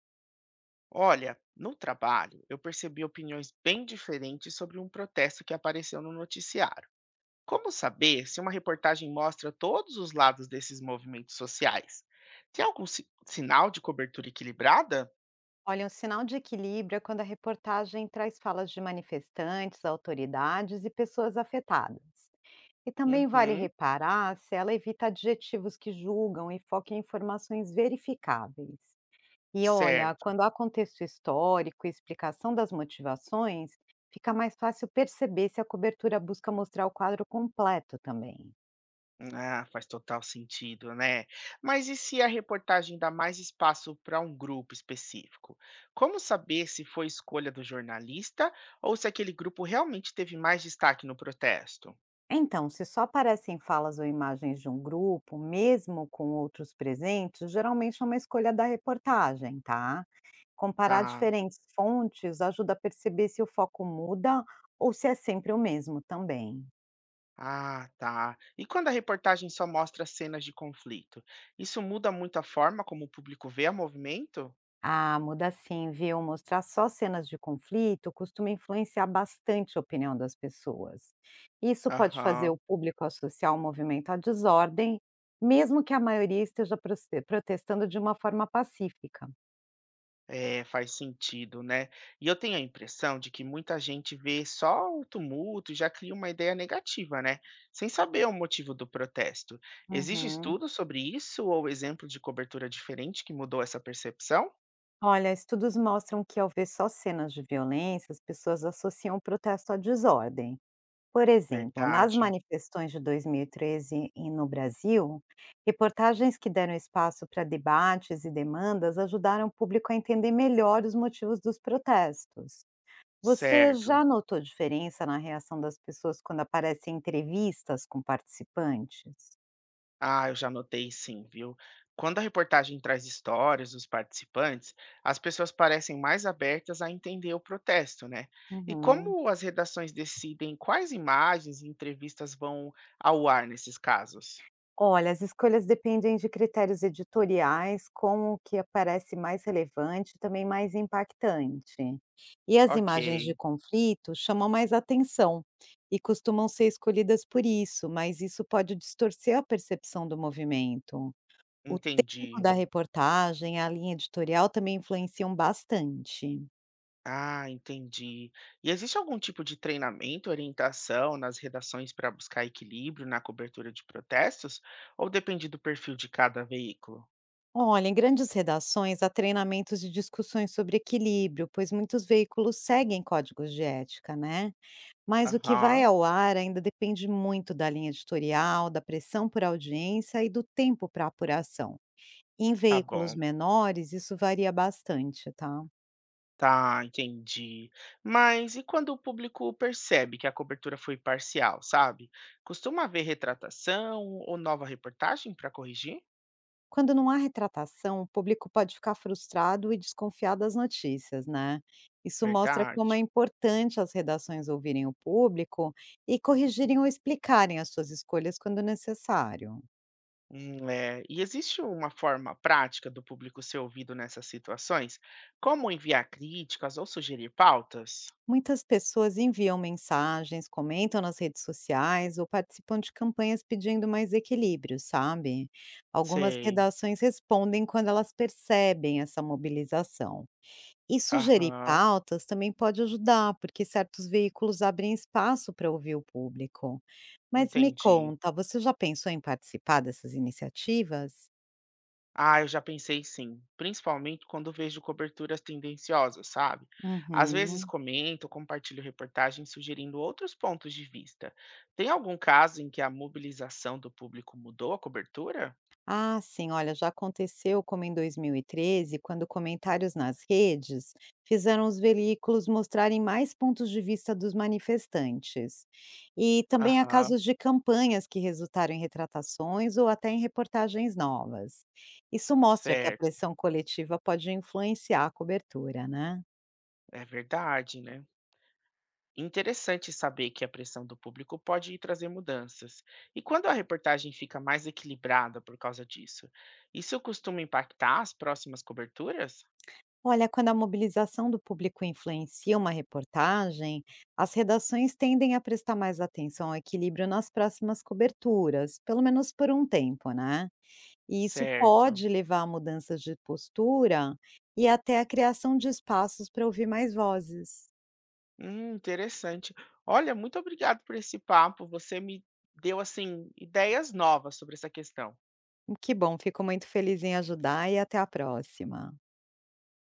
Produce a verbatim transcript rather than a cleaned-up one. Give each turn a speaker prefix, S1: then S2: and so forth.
S1: Olha, no trabalho, eu percebi opiniões bem diferentes sobre um protesto que apareceu no noticiário. Como saber se uma reportagem mostra todos os lados desses movimentos sociais? Tem algum si- sinal de cobertura equilibrada?
S2: Olha, um sinal de equilíbrio é quando a reportagem traz falas de manifestantes, autoridades e pessoas afetadas. E também vale
S1: Uhum,
S2: reparar se ela evita adjetivos que julgam e foca em informações verificáveis. E olha,
S1: certo.
S2: quando há contexto histórico e explicação das motivações, fica mais fácil perceber se a cobertura busca mostrar o quadro completo também.
S1: Ah, faz total sentido, né? Mas e se a reportagem dá mais espaço para um grupo específico? Como saber se foi escolha do jornalista ou se aquele grupo realmente teve mais destaque no protesto?
S2: Então, se só aparecem falas ou imagens de um grupo, mesmo com outros presentes, geralmente é uma escolha da reportagem, tá? Comparar
S1: Tá.
S2: diferentes fontes ajuda a perceber se o foco muda ou se é sempre o mesmo também.
S1: Ah, tá. E quando a reportagem só mostra cenas de conflito? Isso muda muito a forma como o público vê o movimento?
S2: Ah, muda sim, viu? Mostrar só cenas de conflito costuma influenciar bastante a opinião das pessoas. Isso pode fazer
S1: Aham,
S2: o público associar o movimento à desordem, mesmo que a maioria esteja proce- protestando de uma forma pacífica.
S1: é, faz sentido, né? E eu tenho a impressão de que muita gente vê só o tumulto e já cria uma ideia negativa, né? Sem saber o motivo do protesto. Existe
S2: Uhum.
S1: estudo sobre isso ou exemplo de cobertura diferente que mudou essa percepção?
S2: Olha, estudos mostram que ao ver só cenas de violência, as pessoas associam o protesto à desordem. Por exemplo, nas
S1: Verdade.
S2: manifestações de dois mil e treze e treze e no Brasil, reportagens que deram espaço para debates e demandas ajudaram o público a entender melhor os motivos dos protestos. Você
S1: Certo.
S2: já notou diferença na reação das pessoas quando aparecem entrevistas com participantes?
S1: Ah, eu já notei sim, viu? Quando a reportagem traz histórias dos participantes, as pessoas parecem mais abertas a entender o protesto, né? E
S2: Uhum.
S1: como as redações decidem quais imagens e entrevistas vão ao ar nesses casos?
S2: Olha, as escolhas dependem de critérios editoriais, como o que aparece mais relevante e também mais impactante. E as
S1: Ok,
S2: imagens de conflito chamam mais atenção e costumam ser escolhidas por isso, mas isso pode distorcer a percepção do movimento. O tempo
S1: entendi.
S2: da reportagem, a linha editorial também influenciam bastante.
S1: Ah, entendi. E existe algum tipo de treinamento, orientação nas redações para buscar equilíbrio na cobertura de protestos? Ou depende do perfil de cada veículo?
S2: Olha, em grandes redações há treinamentos e discussões sobre equilíbrio, pois muitos veículos seguem códigos de ética, né? Mas o que vai
S1: Aham,
S2: ao ar ainda depende muito da linha editorial, da pressão por audiência e do tempo para apuração. Em
S1: tá
S2: veículos
S1: bom.
S2: menores, isso varia bastante, tá?
S1: Tá, entendi. Mas e quando o público percebe que a cobertura foi parcial, sabe? Costuma haver retratação ou nova reportagem para corrigir?
S2: Quando não há retratação, o público pode ficar frustrado e desconfiar das notícias, né? Isso mostra como é
S1: Verdade.
S2: importante as redações ouvirem o público e corrigirem ou explicarem as suas escolhas quando necessário.
S1: Hum, é. E existe uma forma prática do público ser ouvido nessas situações? Como enviar críticas ou sugerir pautas?
S2: Muitas pessoas enviam mensagens, comentam nas redes sociais ou participam de campanhas pedindo mais equilíbrio, sabe? Algumas
S1: Sei.
S2: redações respondem quando elas percebem essa mobilização. E sugerir
S1: Aham,
S2: pautas também pode ajudar, porque certos veículos abrem espaço para ouvir o público. Mas me
S1: entendi.
S2: conta, você já pensou em participar dessas iniciativas?
S1: Ah, eu já pensei sim, principalmente quando vejo coberturas tendenciosas, sabe? Às vezes
S2: Uhum.
S1: comento, compartilho reportagens sugerindo outros pontos de vista. Tem algum caso em que a mobilização do público mudou a cobertura?
S2: Ah, sim, olha, já aconteceu como em dois mil e treze, quando comentários nas redes fizeram os veículos mostrarem mais pontos de vista dos manifestantes. E também há
S1: Aham,
S2: casos de campanhas que resultaram em retratações ou até em reportagens novas. Isso mostra que a
S1: certo.
S2: pressão coletiva pode influenciar a cobertura, né?
S1: É verdade, né? Interessante saber que a pressão do público pode trazer mudanças. E quando a reportagem fica mais equilibrada por causa disso, isso costuma impactar as próximas coberturas?
S2: Olha, quando a mobilização do público influencia uma reportagem, as redações tendem a prestar mais atenção ao equilíbrio nas próximas coberturas, pelo menos por um tempo, né? E isso
S1: Certo.
S2: pode levar a mudanças de postura e até a criação de espaços para ouvir mais vozes.
S1: Hum, interessante. Olha, muito obrigado por esse papo. Você me deu assim ideias novas sobre essa questão.
S2: Que bom, fico muito feliz em ajudar e até a próxima.